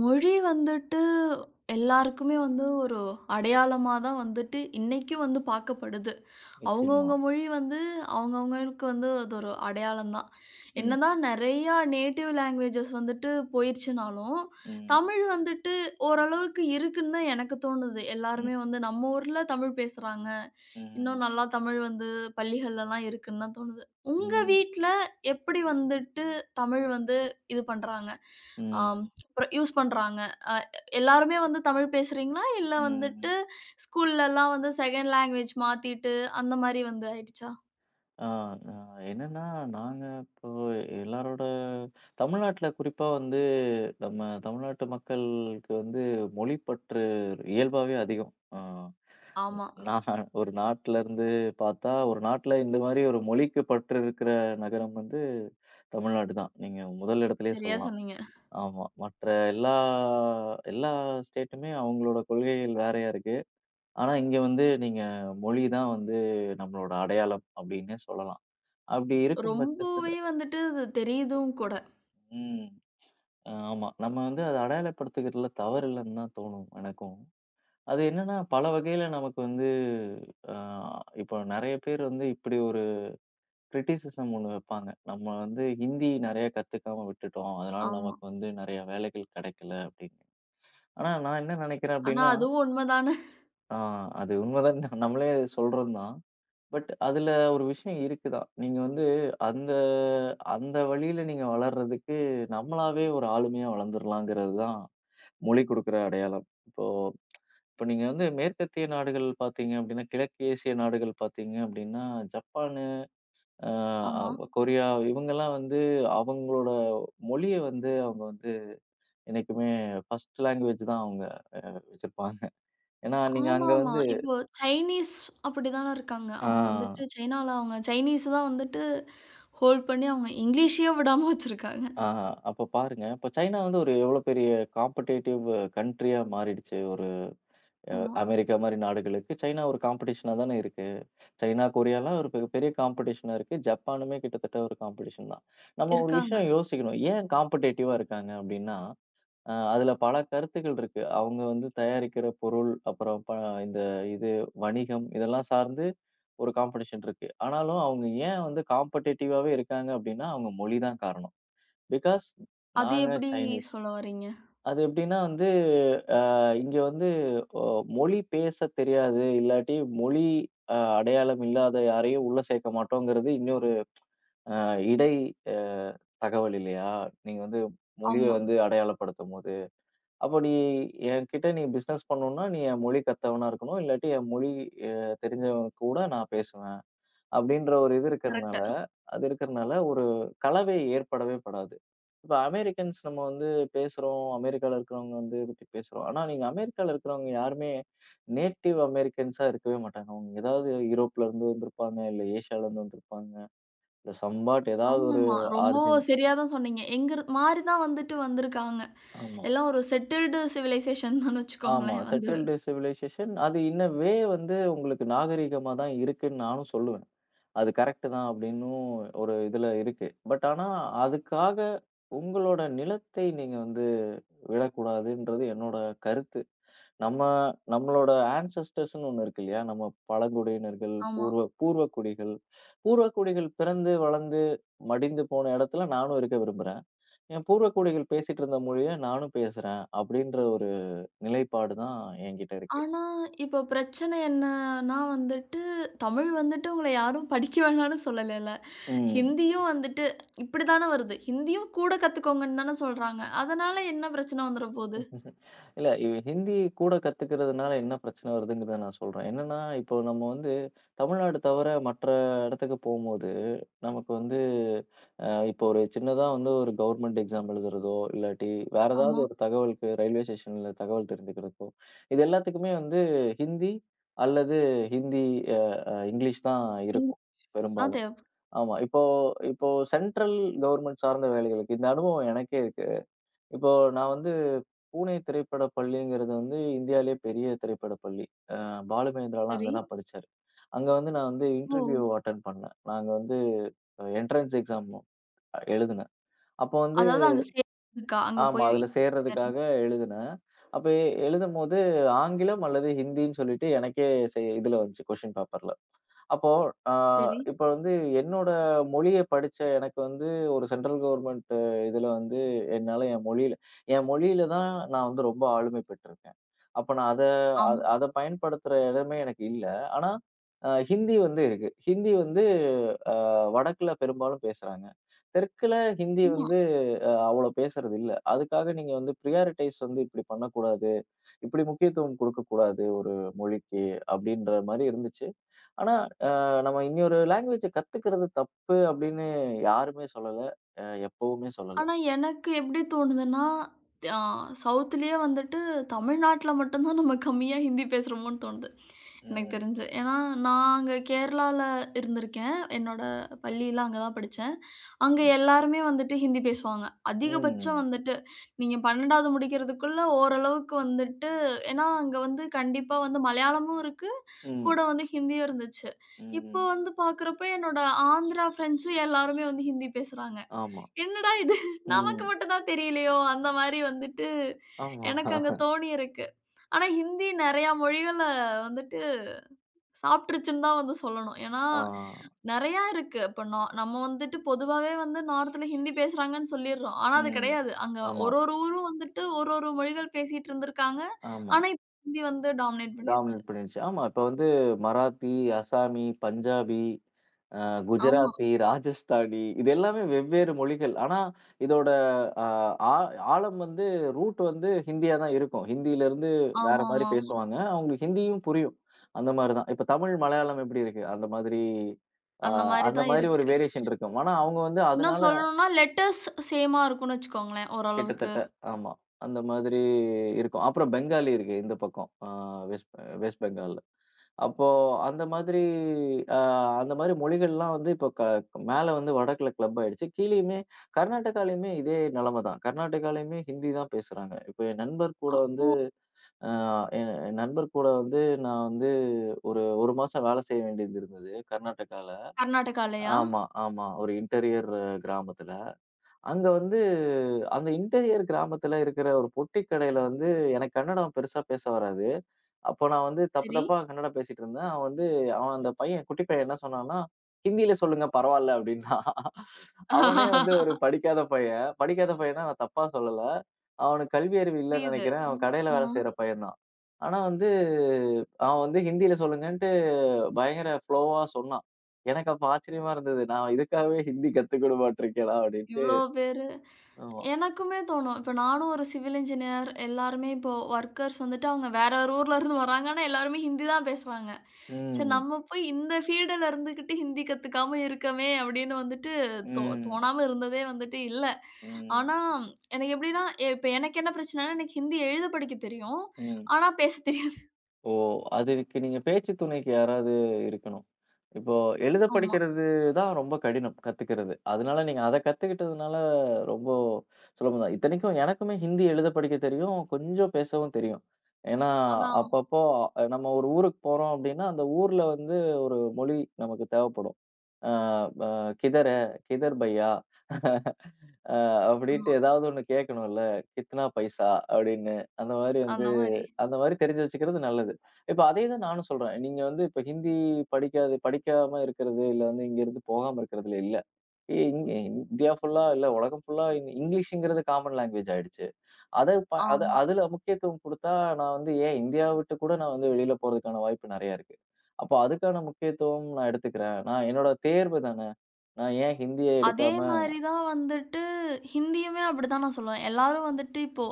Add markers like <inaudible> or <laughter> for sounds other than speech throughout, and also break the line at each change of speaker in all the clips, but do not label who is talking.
மொழி வந்துட்டு எல்லாருக்குமே வந்து ஒரு அடையாளமா தான் வந்துட்டு இன்னைக்கும் வந்து பார்க்கப்படுது.
நிச்சயமா.
அவங்கவங்க மொழி வந்து அவங்கவங்களுக்கு வந்து அது ஒரு அடையாளம் தான்.
ம்.
என்னதான் நெறையா நேட்டிவ் லாங்குவேஜஸ் வந்துட்டு போயிருச்சுனாலும்,
ம்.
தமிழ் வந்துட்டு ஓரளவுக்கு இருக்குன்னு தான் எனக்கு தோணுது.
ம்.
எல்லாருமே வந்து நம்ம ஊர்ல தமிழ் பேசுறாங்க. இன்னும்
ம்.
நல்லா தமிழ் வந்து பள்ளிகள்லலாம் இருக்குன்னு தான் தோணுது. உங்க
ம்.
வீட்ல எப்படி வந்துட்டு தமிழ் வந்து இது பண்றாங்க? ஆம்
ம்.
அப்புறம் யூஸ் பண்றாங்க. அ எல்லாருமே வந்து தமிழ் பேசுறீங்களா? இல்ல
ம்.
வந்துட்டு ஸ்கூல்லலாம் வந்து செகண்ட் லாங்குவேஜ் மாத்திட்டு அந்த மாரி வந்து ஆயிடுச்சா?
ஆ, ஆ, என்னன்னா, நாங்க இப்போ எல்லாரோட தமிழ்நாட்டுல குறிப்பா வந்து நம்ம தமிழ்நாட்டு மக்களுக்கு வந்து மொழி பற்று இயல்பாவே அதிகம். ஆ,
ஆமா.
நான் ஒரு நாட்டுல இருந்து பார்த்தா, ஒரு நாட்டுல இந்த மாரி ஒரு மொழிக்கு பற்று இருக்கிற நகரம் வந்து தமிழ்நாடு தான். நீங்க முதல் இடத்திலேயே
சரியா
சொல்லலாம்.
சொன்னீங்க.
ஆமா. மற்ற எல்லா எல்லா ஸ்டேட்டுமே அவங்களோட கொள்கைகள் வேறையா இருக்கு. ஆனா, இங்க வந்து நீங்க மொழி தான் வந்து நம்மளோட அடையாளம் அப்டின்னே சொல்லலாம். அப்டி இருக்கும் பட்சத்துல
ரொம்பவே வந்துட்டு அது தெரியுதும் கூட.
ம். ஆமா. நம்ம வந்து அத அடையாளப்படுத்துகிறதுல தவறு இல்லன்னு தான் தோணும் எனக்கும். அது என்னன்னா, பல வகையில நமக்கு வந்து அ இப்போ நெறைய பேர் வந்து இப்டி ஒரு கிரிட்டிசிசம் ஒண்ணு வைப்பாங்க. நம்ம வந்து ஹிந்தி நெறைய கத்துக்காம விட்டுட்டோம். அதனால
ஆமா.
நமக்கு வந்து நெறைய வேலைகள் கெடைக்கல அப்டின்னு. ஆனா, நான் என்ன நெனைக்கிறேன்
ஆனா
அப்டின்னா,
அதுவும் உண்மதானே.
ஆ அது உண்மதான் நம்மளே சொல்றது தான். பட் அதுல ஒரு விஷயம் இருக்குதான். நீங்க வந்து அந்த அந்த வழியில நீங்க வளர்றதுக்கு, நம்மளாவே ஒரு ஆளுமையா வளர்ந்துரலாங்கிறது தான் மொழி குடுக்குற அடையாளம். இப்போ இப்போ நீங்க வந்து மேற்கத்திய நாடுகள் பார்த்தீங்க அப்டின்னா, கிழக்கு ஏசிய நாடுகள் பார்த்தீங்க அப்டின்னா, ஜப்பானு, அ
ஆமா.
கொரியா இவங்கலாம் வந்து அவங்களோட மொழிய வந்து அவங்க வந்து என்னைக்குமே ஃபர்ஸ்ட் லாங்குவேஜ் தான் அவங்க வச்சிருப்பாங்க. ஏன்னா, நீங்க அங்க
ஆமாமா.
வந்து
இப்போ சைனீஸ் அப்படிதானே இருக்காங்க.
ஆ.
அவங்க வந்துட்டு சைனால அவங்க சைனீஸ தான் வந்துட்டு ஹோல்ட் பண்ணி அவங்க இங்கிலீஷையே விடாம வச்சிருக்காங்க.
ஆஹா, அப்ப பாருங்க. இப்ப சைனா வந்து ஒரு எவ்வளோ பெரிய காம்படேட்டிவ் கண்ட்ரியா மாறிடுச்சு. ஒரு
ஆமா.
அமெரிக்கா மாரி நாடுகளுக்கு சைனா ஒரு காம்படிஷனா தானே இருக்கு. சைனா, கொரியாலாம் ஒரு பெரிய காம்படிஷனா இருக்கு. ஜப்பானுமே கிட்டத்தட்ட ஒரு காம்படிஷன் தான். நம்ம ஒரு
இருக்காங்க.
விஷயம் யோசிக்கணும். ஏன் காம்படேட்டிவா இருக்காங்க அப்டின்னா, அதுல பல கருத்துக்கள் இருக்கு. அவங்க வந்து தயாரிக்கிற பொருள், அப்புறம் இந்த இது வணிகம் இதெல்லாம் சார்ந்து ஒரு காம்படிஷன் இருக்கு. ஆனாலும் அவங்க ஏன் வந்து காம்படேட்டிவாவே இருக்காங்க அப்டின்னா, அவங்க மொழி தான் காரணம். பிகாஸ்
அது
நாங்க
எப்படி
சைனீஸ்.
சொல்ல வரீங்க?
அது எப்படின்னா வந்து, அ இங்க வந்து ஒ மொழி பேசத் தெரியாது, இல்லாட்டி மொழி அடையாளம் இல்லாத யாரையும் உள்ள சேர்க்க மாட்டோங்கிறது இன்னொரு அ இடை அ தகவல் இல்லையா? நீங்க வந்து மொழிய
ஆமா.
வந்து அடையாளப்படுத்தும்போது. அப்போ நீ என்கிட்ட நீ பிசினஸ் பண்ணணும்னா, நீ என் மொழி கத்தவனா இருக்கணும். இல்லாட்டி என் மொழி அ தெரிஞ்சவன் கூட நான் பேசுவேன். அப்படின்ற ஒரு இது
கரெக்ட்டு.
இருக்கிறனால, அது இருக்கிறனால ஒரு கலவை ஏற்படவே படாது. இப்ப அமெரிக்கன்ஸ் நம்ம வந்து பேசுறோம். அமெரிக்கால இருக்கிறவங்க வந்து இத பத்தி பேசுறோம். ஆனா நீங்க அமெரிக்கால இருக்கிறவங்க யாருமே நேட்டிவ் அமெரிக்கன்ஸா இருக்கவே மாட்டாங்க. அவங்க ஏதாவது யூரோப்ல இருந்து வந்திருப்பாங்க, இல்ல ஏசியால இருந்து வந்திருப்பாங்க. இல்ல சம்பாட் ஏதாவது ஒரு
ஆமாமா. ரொம்ப
ஆரிஜின்.
சரியா தான் சொன்னீங்க. எங்கிரு மாரி தான் வந்துட்டு வந்திருக்காங்க.
ஆமா,
எல்லாம் ஒரு செட்டில்டு சிவிலைசேஷன் தான்னு
ஆமா.
வச்சுக்கோங்களேன் வந்து.
செட்டில்டு சிவிலைசேஷன் அது இன்ன வந்து உங்களுக்கு நாகரீகமா தான் இருக்குன்னு நானும் சொல்லுவேன். அது கரெக்ட்டு தான் அப்படின்னும் ஒரு இதுல இருக்கு. பட் ஆனா, அதுக்காக உங்களோட நிலத்தை நீங்க வந்து விடக்கூடாதுன்றது என்னோட கருத்து. நம்ம நம்மளோட ஆன்செஸ்டர்ஸ்ன்னு ஒண்ணு இருக்கு இல்லையா? நம்ம பழங்குடியினர்கள்,
ஆமா.
பூர்வக்குடிகள். பூர்வக்குடிகள் பிறந்து, வளர்ந்து, மடிந்து போன இடத்துல நானும் இருக்க விரும்புறேன். என் பூர்வக்குடிகள் பேசிட்டு இருந்த மொழிய நானும் பேசுறேன். அப்படின்ற ஒரு நிலைப்பாடு தான் என்கிட்ட இருக்கு.
ஆனா, இப்ப பிரச்சனை என்னன்னா வந்துட்டு, தமிழ் வந்துட்டு உங்கள யாரும் படிக்க வேணாம்னு சொல்லலல்ல. ஹிந்தியும் வந்துட்டு இப்படி தான வருது. ஹிந்தியும் கூட கத்துக்கோங்கன்னு தான சொல்றாங்க. அதனால என்ன பிரச்சனை வந்துற போது?
ம். இல்ல இவ ஹிந்தி கூட கத்துக்கிறதுனால என்ன பிரச்சனை வருதுங்கிறத நான் சொல்றேன். என்னன்னா, இப்போ நம்ம வந்து தமிழ்நாடு தவிர மற்ற இடத்துக்கு போம்போது, நமக்கு வந்து இப்போ ஒரு சின்னதா வந்து ஒரு கவர்மெண்ட் எக்ஸாம் எழுதுறதோ, இல்லாட்டி வேற ஏதாவது
ஆமா.
ஒரு தகவலுக்கு ரயில்வே ஸ்டேஷன்ல தகவல் தெரிஞ்சுக்கிறதுக்கோ, இது எல்லாத்துக்குமே வந்து ஹிந்தி அல்லது ஹிந்தி அ அ இங்கிலீஷ் தான் இருக்கும்
இங்கிலீஷ் தான்
பெரும்பாலும்.
தேவ
ஆமா. இப்போ இப்போ சென்ட்ரல் கவர்ன்மெண்ட் சார்ந்த வேலைகளுக்கு இந்த அனுபவம் எனக்கே இருக்கு. இப்போ நான் வந்து பூனே திரைப்பட பள்ளிங்கிறது வந்து இந்தியாலயே பெரிய திரைப்பட பள்ளி. அ பாலுமகேந்திராலாம் அங்க
சரி.
தான் படிச்சாரு. அங்க வந்து நான் வந்து
ஓ!
இன்டர்வியூ அட்டெண்ட் பண்ணேன். நாங்க வந்து என்ட்ரன்ஸ் எக்ஸாம் எழுதுனேன். அப்போ வந்து
அதாவது அங்க சேர்றதுக்கா? அங்க
ஆமா.
போய்
அதுல
சேர்றது.
சேர்றதுக்காக எழுதுனேன். அப்ப எழுதும்போது ஆங்கிலம் அல்லது ஹிந்தின்னு சொல்லிட்டு எனக்கே இதுல வந்துச்சு கொஸ்டின் பேப்பர்ல. அப்போ அ
சரி.
இப்ப வந்து என்னோட மொழிய படிச்ச எனக்கு வந்து ஒரு சென்ட்ரல் கவர்மெண்ட் இதுல வந்து என்னால என் மொழியில தான் நான் வந்து ரொம்ப ஆளுமை பெற்றிருக்கேன். அப்ப நான் அத அத
ஆமா.
அத பயன்படுத்துற இடமே எனக்கு இல்ல. ஆனா ஹிந்தி வந்து இருக்கு. ஹிந்தி வந்து அ வடக்குல பெரும்பாலும் பேசுறாங்க. தெற்குல ஹிந்தி
ஆமா.
வந்து அவ்வளோ பேசுறது இல்ல. அதுக்காக நீங்க வந்து பிரியாரிட்டைஸ் வந்து இப்படி பண்ணக்கூடாது. இப்படி முக்கியத்துவம் குடுக்கக்கூடாது ஒரு மொழிக்கு அப்படின்ற மாரி இருந்துச்சு. ஆனா, அ நம்ம இன்னொரு லாங்குவேஜ கத்துக்கிறது தப்பு அப்படின்னு யாருமே சொல்லல. எப்பவுமே சொல்லல.
ஆனா, எனக்கு எப்படி தோணுதுன்னா, அ சவுத்துலயே வந்துட்டு தமிழ்நாட்டுல மட்டும் தான் நம்ம கம்மியா ஹிந்தி பேசுறோமோன்னு தோணுது. எனக்கு
ம்.
தெரிஞ்சு. ஏன்னா, நான் அங்க கேரளால இருந்திருக்கேன். என்னோட பள்ளியில அங்க தான் படிச்சேன். அங்க எல்லாருமே வந்துட்டு ஹிந்தி பேசுவாங்க. அதிகபட்சம்
ம்.
வந்துட்டு நீங்க 12வது முடிக்கிறதுக்குள்ள ஓரளவுக்கு வந்துட்டு ஏன்னா, அங்க வந்து கண்டிப்பா வந்து மலையாளமும் இருக்கு. கூட
ம்.
வந்து ஹிந்தியும் இருந்துச்சு. இப்போ
ம்.
வந்து பார்க்குறப்ப என்னோட ஆந்திரா ஃப்ரெண்ட்ஸும் எல்லாருமே வந்து ஹிந்தி பேசுறாங்க.
ஆமா.
என்னடா இது! நமக்கு
ம்.
மட்டும் தான் தெரியலையோ! அந்த மாரி வந்துட்டு
ஆமா.
எனக்கு அங்க தோணியிருக்கு. ஆனா, ஹிந்தி நெறையா மொழிகள வந்துட்டு சாப்ட்டுருச்சுன்னு தான் வந்து சொல்லணும். ஏன்னா,
ஆ.
நெறையா இருக்கு. இப்ப நம்ம வந்துட்டு பொதுவாவே வந்து நார்த்ல ஹிந்தி பேசுறாங்கன்னு சொல்லிர்றோம். ஆனா, அது
ம்.
கிடையாது. அங்க
ஆமா,
ஒரு ஒரு ஊரும் வந்துட்டு ஒரு ஒரு மொழிகள் பேசிட்டு இருந்திருக்காங்க.
ஆமா.
ஆனா, இப்ப ஹிந்தி வந்து டாமினேட் பண்ணிருச்சு.
டாமினேட் பண்ணிடுச்சு. ஆமா, இப்ப வந்து மராத்தி, அசாமி, பஞ்சாபி,
ஆமா.
குஜராத்தி, ராஜஸ்தானி இது எல்லாமே வெவ்வேறு மொழிகள். ஆனா, இதோட அ ஆ ஆழம் வந்து ரூட் வந்து ஹிந்தியா தான் இருக்கும். ஹிந்தியிலருந்து வேற மாரி
ஆமாமாமா.
பேசுவாங்க. அவங்களுக்கு ஹிந்தியும் புரியும். அந்த மாரி தான். இப்ப தமிழ், மலையாளம் எப்படி இருக்கு? அந்த மாதிரி அ
அந்த மாரி
அந்த
தான்
மாரி ஒரு
இருக்கு.
வேரியேஷன் இருக்கும். ஆனா, அவங்க வந்து
இன்னும்
அதனால
சொல்லணும்னா லெட்டர்ஸ் சேமா இருக்குன்னு வச்சுக்கோங்களேன் ஓரளவுக்கு.
கிட்டத்தட்ட ஆமா. அந்த மாதிரி இருக்கும். அப்புறம் பெங்காலி இருக்கு இந்த பக்கம். வெஸ்ட் வெஸ்ட் பெங்கால்ல. அப்போ அந்த மாதிரி அ அந்த மாதிரி மொழிகள்லாம் வந்து இப்போ மேல வந்து வடக்குல கிளப் ஆயிடுச்சு. கீழயுமே கர்நாடகாலயுமே இதே நிலைமை தான். கர்நாடகாலயுமே ஹிந்தி தான் பேசுறாங்க. இப்போ என் நண்பர் கூட
அ
வந்து அ என் என் நண்பர் கூட வந்து நான் வந்து ஒரு 1 மாசம் வேலை செய்ய வேண்டியது இருந்தது கர்நாடகால.
கர்நாடகாலயா?
ஆமா, ஆமா. ஒரு இன்டீரியர் கிராமத்துல. அங்க வந்து அந்த இன்டீரியர் கிராமத்துல இருக்கிற ஒரு பொட்டி கடையில வந்து எனக்கு கன்னடம் பெருசா பேச வராது. அப்போ நான் வந்து தப்பு
சரி.
தப்பா கன்னடம் பேசிட்டு இருந்தேன். அவன் வந்து அவன் அந்த பையன் குட்டி பையன் என்ன சொன்னான்னா, "ஹிந்தியில சொல்லுங்க பரவால்ல" அப்படின்னான். அவனே வந்து ஒரு படிக்காத பையன். படிக்காத பையன்னா நான் தப்பா சொல்லல. அவனுக்கு கல்வி அறிவு இல்லன்னு
புரியுது.
நெனைக்கிறேன். அவன் கடையில
ஆ
வேலை செய்ற பையன் தான். ஆனா வந்து அவன் வந்து ஹிந்தியில சொல்லுங்கன்ட்டு பயங்கர ஃப்ளோவா சொன்னான். எனக்கு அப்ப ஆச்சரியமா இருந்தது. நான் இதுக்காகவே ஹிந்தி கத்துக்கணுமாட்ருக்கேடா அப்படின்ட்டு.
இவ்ளோ பேரு.
ஆமா.
எனக்குமே தோணும். இப்ப நானும் ஒரு சிவில் இன்ஜினியர் எல்லாருமே இப்போ ஒர்க்கர்ஸ் வந்துட்டு அவங்க வேற ஒரு ஊர்ல இருந்து வராங்க. ஆனா எல்லாருமே ஹிந்தி தான் பேசுறாங்க. சரி
ம்.
நம்ம போய் இந்த ஃபீல்டுல இருந்துகிட்டு ஹிந்தி கத்துக்காம இருக்கமே அப்படின்னு வந்துட்டு
ம்.
தோணாம இருந்ததே வந்துட்டு இல்ல.
ம்.
ஆனா எனக்கு எப்படின்னா, இப்ப எனக்கு என்ன பிரச்சனைன்னா எனக்கு ஹிந்தி எழுத படிக்க தெரியும்.
ம்.
ஆனா பேச தெரியாது.
ஓ! அதுக்கு நீங்க பேச்சு துணைக்கு யாராவது இருக்கணும். இப்போ எழுத
ஆமா.
படிக்கிறது தான் ரொம்ப கடினம் கத்துக்கிறது. அதனால நீங்க அத கத்துக்கிட்டதுனால ரொம்ப சுலபம் தான். இத்தனைக்கும் எனக்குமே ஹிந்தி எழுத படிக்க தெரியும். கொஞ்சம் பேசவும் தெரியும். ஏன்னா,
அதான்.
அப்பப்போ அ, நம்ம ஒரு ஊருக்கு போறோம் அப்டின்னா, அந்த ஊர்ல வந்து ஒரு மொழி நமக்கு தேவைப்படும். அ ப கிதர் ஹே? கிதர் பையா? அ அப்டின்ட்டு
ஆமா.
ஏதாவது ஒண்ணு கேட்கணும்ல. கித்னா பைசா? அப்டின்னு அந்த மாரி
அந்த மாரி.
அந்த மாரி தெரிஞ்சு வச்சுக்கிறது நல்லது. இப்ப அதே தான் நானும் சொல்றேன். நீங்க வந்து இப்ப ஹிந்தி படிக்காம இருக்கிறது, இல்ல வந்து இங்கருந்து போகாம இருக்கிறதுல இல்ல. இங்க இந்தியா ஃபுல்லா இல்ல உலகம் ஃபுல்லா இங்கிலீஷ்ங்கிறது காமன் லாங்குவேஜ் ஆயிடுச்சு. அத ப அத
ஆமா.
அதுல முக்கியத்துவம் குடுத்தா, நான் வந்து ஏன் இந்தியாவ விட்டு கூட நான் வந்து வெளியில போறதுக்கான வாய்ப்பு நெறையா இருக்கு. அப்போ அதுக்கான முக்கியத்துவம் நான் எடுத்துக்கிறேன். நான் என்னோட தேர்வு தானே! நான் ஏன் ஹிந்திய
அதே
எடுக்காம
மாரி தான் வந்துட்டு ஹிந்தியுமே அப்படிதான் நான் சொல்லுவேன். எல்லாரும் வந்துட்டு இப்போ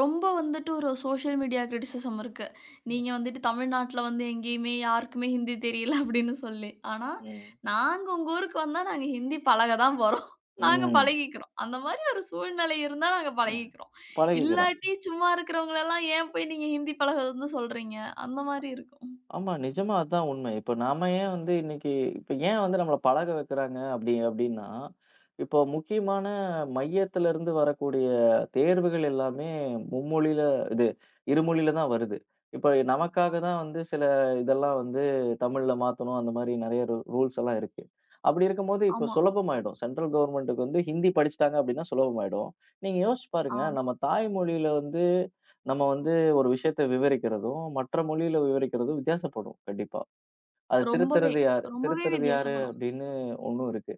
ரொம்ப வந்துட்டு ஒரு சோஷியல் மீடியா கிரிட்டிசிசம் இருக்கு.
ம்.
நீங்க வந்துட்டு தமிழ்நாட்டுல வந்து எங்கேயுமே யாருக்குமே ஹிந்தி தெரியல அப்படின்னு சொல்லி. ஆனா
ம்.
நாங்க உங்க ஊருக்கு வந்தா நாங்க ஹிந்தி பழக தான் போறோம். நாங்க
ம்.
பழகிக்கிறோம். அந்த மாரி ஒரு சூழ்நிலை இருந்தா நாங்க பழகிக்கிறோம்.
பழகிக்கிறோம்.
இல்லாட்டி சும்மா இருக்கிறவங்களெல்லாம் ஏன் போய் நீங்க ஹிந்தி பழகுறதுன்னு சொல்றீங்க? அந்த மாரி இருக்கும்.
ஆமா. நிஜமா அதான் உண்மை. இப்ப நாம ஏன் வந்து இன்னைக்கு இப்ப ஏன் வந்து நம்மள பழக வைக்கிறாங்க அப்படி அப்படின்னா, இப்போ முக்கியமான மையத்திலிருந்து வரக்கூடிய தேர்வுகள் எல்லாமே மும்மொழியில இது இருமொழியில தான் வருது. இப்ப நமக்காக தான் வந்து சில இதெல்லாம் வந்து தமிழ்ல மாத்தணும். அந்த மாரி நெறைய ரூல்ஸ் எல்லாம் இருக்கு. அப்படி இருக்கும்போது இப்போ
ஆமா.
சுலபமாயிடும். சென்ட்ரல் கவர்ன்மென்ட்க்கு வந்து ஹிந்தி படிச்சுட்டாங்க அப்படின்னா சுலபமாயிடும். நீங்க யோசிச்சு பாருங்க.
ஆம்.
நம்ம தாய்மொழியில வந்து நம்ம வந்து ஒரு விஷயத்த விவரிக்கிறதும், மற்ற மொழியில விவரிக்கிறதும் வித்தியாசப்படும் கண்டிப்பா. அது
ரொம்பவே
திருத்துறது யாரு
ரொம்பவே
திருத்துறது யாரு
வித்தியாசப்படும்.
அப்படின்னு ஒண்ணும் இருக்கு.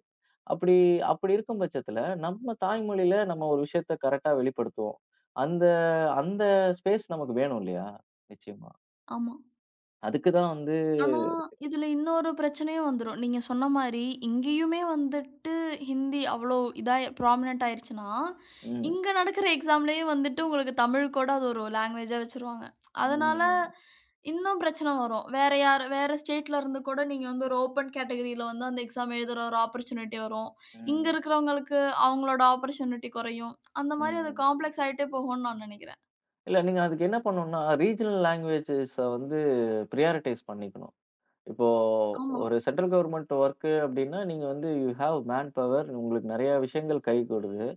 அப்படி அப்படி இருக்கும் பட்சத்துல, நம்ம தாய்மொழியில நம்ம ஒரு விஷயத்த கரெக்ட்டா வெளிப்படுத்துவோம். அந்த அந்த ஸ்பேஸ் நமக்கு வேணும் இல்லையா? நிச்சயமா.
ஆமா.
அதுக்கு தான் வந்து
ஆனா, இதுல இன்னொரு பிரச்சனையும் வந்துரும். நீங்க சொன்ன மாரி, இங்கேயுமே வந்துட்டு ஹிந்தி அவ்வளோ இதா ப்ராமினன்ட் ஆயிருச்சுன்னா,
ம்.
இங்க நடக்கிற எக்ஸாம்லயும் வந்துட்டு உங்களுக்கு தமிழ் கூட அது ஒரு லாங்குவேஜா வச்சுருவாங்க. அதனால
ம்.
இன்னும் பிரச்சனை வரும். வேற யார் வேற ஸ்டேட்ல இருந்து கூட நீங்க வந்து ஒரு ஓப்பன் கேட்டகரியில வந்து அந்த எக்ஸாம் எழுதுற ஒரு ஆப்பர்ச்சுனிட்டி வரும். இங்க
ம்.
இருக்கிறவங்களுக்கு அவங்களோட ஆப்பர்ச்சுனிட்டி குறையும். அந்த மாரி அது
ம்.
காம்ப்ளெக்ஸ் ஆயிட்டே போகும்னு நான் நினைக்கிறேன்.
இல்ல நீங்க அதுக்கு என்ன பண்ணணும்னா, ரீஜினல் லாங்குவேஜஸ வந்து பிரியாரிட்டைஸ் பண்ணிக்கணும். இப்போ
ஆமா.
ஒரு சென்ட்ரல் கவர்மெண்ட் ஒர்க்கு அப்டின்னா, நீங்க வந்து யூ ஹேவ் மேன் பவர். உங்களுக்கு நெறைய விஷயங்கள் கை கூடுது.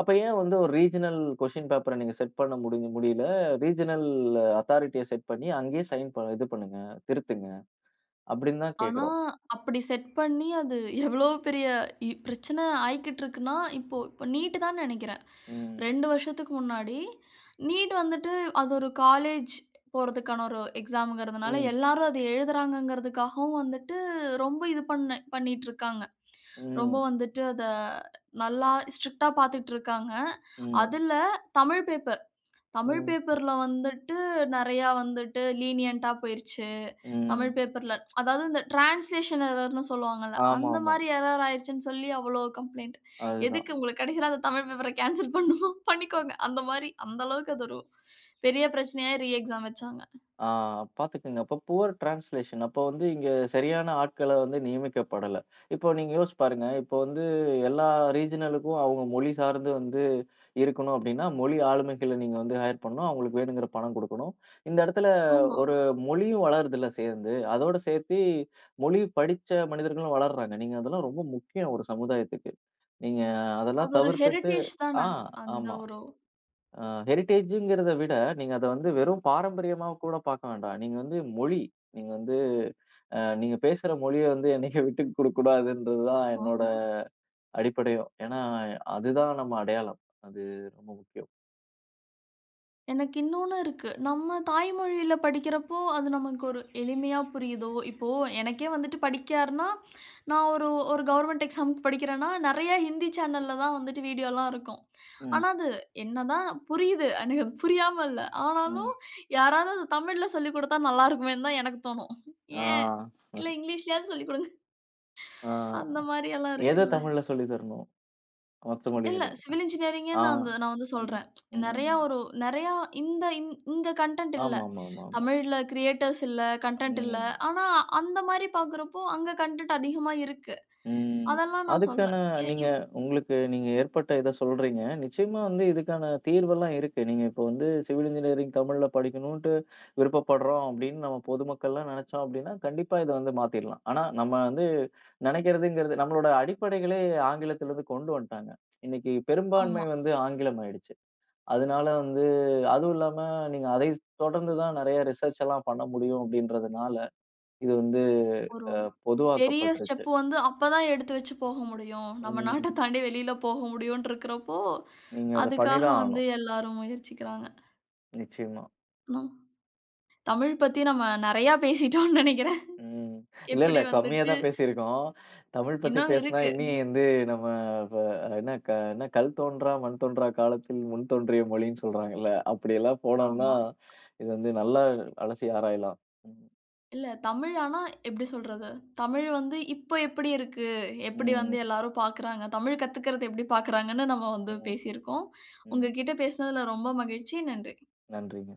அப்ப ஏன் வந்து ஒரு ரீஜினல் கொஸ்டின் பேப்பர நீங்க செட் பண்ண முடியல? ரீஜினல் அத்தாரிட்டிய செட் பண்ணி அங்கேயே சைன் இது பண்ணுங்க, திருத்துங்க அப்டின்னு தான்
ஆனா,
கேட்கிறோம்.
அப்படி செட் பண்ணி அது எவ்வளோ பெரிய பிரச்சனை ஆயிக்கிட்டு இருக்குன்னா, இப்போ இப்போ நீட் தான் நெனைக்கிறேன்.
ம்.
2 வருஷத்துக்கு முன்னாடி நீட் வந்துட்டு அது ஒரு காலேஜ் போறதுக்கான ஒரு எக்ஸாம்ங்கிறதுனால,
ம்.
எல்லாரும் அது எழுதுறாங்கங்கிறதுக்காகவும் வந்துட்டு ரொம்ப இது பண்ண பண்ணிட்டுருக்காங்க. ரொம்ப
ம்.
வந்துட்டு அத நல்லா ஸ்ட்ரிக்ட்டா பார்த்துட்டு இருக்காங்க.
ம்.
அதுல தமிழ் பேப்பர் தமிழ்
ம்.
பேப்பர்ல வந்துட்டு நெறையா வந்துட்டு லீனியன்ட்டா போயிருச்சு. தமிழ்
ம்.
பேப்பர்ல அதாவது இந்த டிரான்ஸ்லேஷன் எரர்ன்னு சொல்லுவாங்கல்ல, அந்த
ஆமாமா.
மாரி எரர் ஆயிருச்சுன்னு சொல்லி அவ்ளோ கம்ப்ளைண்ட்.
அதுதான்.
எதுக்கு உங்களுக்கு கடைசியில அந்த தமிழ் பேப்பர கேன்சல் பண்ணணுமா? <laughs> பண்ணிக்கோங்க. அந்த மாரி அந்த அளவுக்கு அது ஒரு பெரிய பிரச்சனையா ரீ எக்ஸாம் வச்சாங்க.
ஆ, பாத்துக்கங்க. அப்ப புவர் டிரான்ஸ்லேஷன். அப்ப வந்து இங்க சரியான ஆட்கள வந்து நியமிக்கப்படல. இப்போ நீங்க யோசிச்சு பாருங்க. இப்போ வந்து எல்லா ரீஜினலுக்கும் அவங்க மொழி சார்ந்து வந்து இருக்கணும் அப்டின்னா, மொழி ஆளுமைகள நீங்க வந்து ஹையர் பண்ணணும். அவங்களுக்கு வேணுங்கிற பணம் குடுக்கணும். இந்த இடத்துல
ஆமா.
ஒரு மொழியும் வளருதுல்ல சேர்ந்து. அதோட சேர்த்தி மொழி படிச்ச மனிதர்களும் வளர்றாங்க. நீங்க அதெல்லாம் ரொம்ப முக்கியம் ஒரு சமுதாயத்துக்கு. நீங்க
அது
அதெல்லாம்
ஒரு
தவிர்த்துட்டு
ஹெரிடேஜ் தான.
ஆ,
அந்த
ஆமா.
ஒரு
ஹெரிடேஜ்ங்கிறத விட, நீங்க அத வந்து வெறும் பாரம்பரியமா கூட பார்க்க வேண்டாம். நீங்க வந்து மொழி, நீங்க வந்து நீங்க பேசுற மொழிய வந்து என்னைக்கு <laughs> விட்டு குடுக்கக் கூடாதுன்றது தான் என்னோட
ஆமா.
அடிப்படையும். ஏன்னா, அதுதான் நம்ம அடையாளம். அது ரொம்ப முக்கியம்.
எனக்கு இன்னொன்னு இருக்கு. நம்ம தாய்மொழியில படிக்கிறப்போ, அது நமக்கு ஒரு எளிமையா புரியுதோ, இப்போ எனக்கே வந்துட்டு படிக்காருன்னா, நான் ஒரு ஒரு கவர்மெண்ட் எக்ஸாம்க்கு படிக்கிறேன்னா, நெறைய ஹிந்தி சேனல்ல தான் வந்துட்டு வீடியோலாம் இருக்கும்.
ம்.
ஆனா, அது என்னதான் புரியுது. எனக்கு அது புரியாம இல்ல. ஆனாலும்
ம்.
யாராவது அது தமிழ்ல சொல்லிக் குடுத்தா நல்லாருக்குமேன்னு தான் எனக்கு தோணும்.
ஆ.
ஏன்? இல்ல இங்கிலீஷ்லயாவது சொல்லிக் குடுங்க.
ஆ
அந்த மாரியெல்லாம்
எத
இருக்குல்ல.
தமிழ்ல சொல்லி தரணும்? மற்ற
இல்ல
மொழிகளில்.
சிவில் இன்ஜினியரிங்கே
ஆ.
நான் வந்து
ம்.
சொல்றேன். நெறையா
ம்.
ஒரு நெறையா இந்த இந் இங்க கன்டென்ட் இல்ல.
ஆமாமாமாமா.
தமிழ்ல கிரியேட்டர்ஸ் இல்ல, கன்டென்ட் இல்ல.
ம்.
ஆனா, அந்த மாரி பார்க்குறப்போ, அங்க கன்டென்ட் அதிகமா இருக்கு.
ம்.
அதெல்லாம் நான்
அதுக்கான
சொல்றேன். எ
நீங்க
இத்
உங்களுக்கு நீங்க ஏற்பட்ட இத சொல்றீங்க. நிச்சயமா வந்து இதுக்கான தீர்வெல்லாம் இருக்கு. நீங்க இப்போ வந்து சிவில் இன்ஜினியரிங் தமிழ்ல படிக்கணுன்ட்டு விருப்பப்படுறோம் அப்படின்னு நம்ம பொதுமக்கள்லாம் நெனைச்சோம் அப்படின்னா, கண்டிப்பா இத வந்து மாத்திரலாம். ஆனா நம்ம வந்து நெனைக்கிறதுங்கிறது நம்மளோட அடிப்படைகளே ஆங்கிலத்திலருந்து கொண்டு வந்துட்டாங்க. இன்னைக்கு
ஆமா.
பெரும்பான்மை வந்து ஆங்கிலம் ஆயிடுச்சு. அதனால வந்து அதுவும் இல்லாம நீங்க அதை தொடர்ந்து தான் நெறைய ரிசர்ச் எல்லாம் பண்ண முடியும் அப்படின்றதுனால, இது வந்து
ஒரு
அ
பெரிய
பொதுவாக்கப்பட்டுருச்சு.
ஸ்டெப் வந்து அப்பதான் எடுத்து வச்சு போக முடியும். நம்ம நாட்ட
ம்.
தாண்டி வெளியில போக முடியும்னு இருக்கிறப்போ,
நீங்க அத
அதுக்காக
பண்ணிதான்
வந்து
ஆகணும்.
எல்லாரும் முயற்சிக்கிறாங்க.
நிச்சயமா.
ம். தமிழ் பத்தி நம்ம நெறையா பேசிட்டோம்னு நெனைக்கிறேன்.
ம். இல்ல,
எப்படி
இல்ல. கம்மியா
வந்துட்டு
தான் பேசியிருக்கோம். தமிழ் பத்தி
இன்னும்
பேசினா
இருக்கு.
இனி வந்து நம்ம ப என்ன என்ன "கல் தோன்றா மண் தோன்றா காலத்தில் முன் தோன்றிய மொழின்னு" சொல்றாங்கல்ல. அப்படியெல்லாம் போனோம்னா,
ஆமா.
இது வந்து நல்லா அலசி ஆராயலாம். ம்.
இல்ல தமிழ் ஆனா எப்படி சொல்றது? தமிழ் வந்து இப்போ எப்படி இருக்கு? எப்படி வந்து
ம்.
எல்லாரும் பார்க்குறாங்க? தமிழ் கத்துக்கிறது எப்படி பார்க்குறாங்கன்னு நம்ம வந்து
ம்.
பேசியிருக்கோம்.
ம்.
உங்ககிட்ட பேசினதுல ரொம்ப மகிழ்ச்சி. நன்றி.
நன்றிங்க.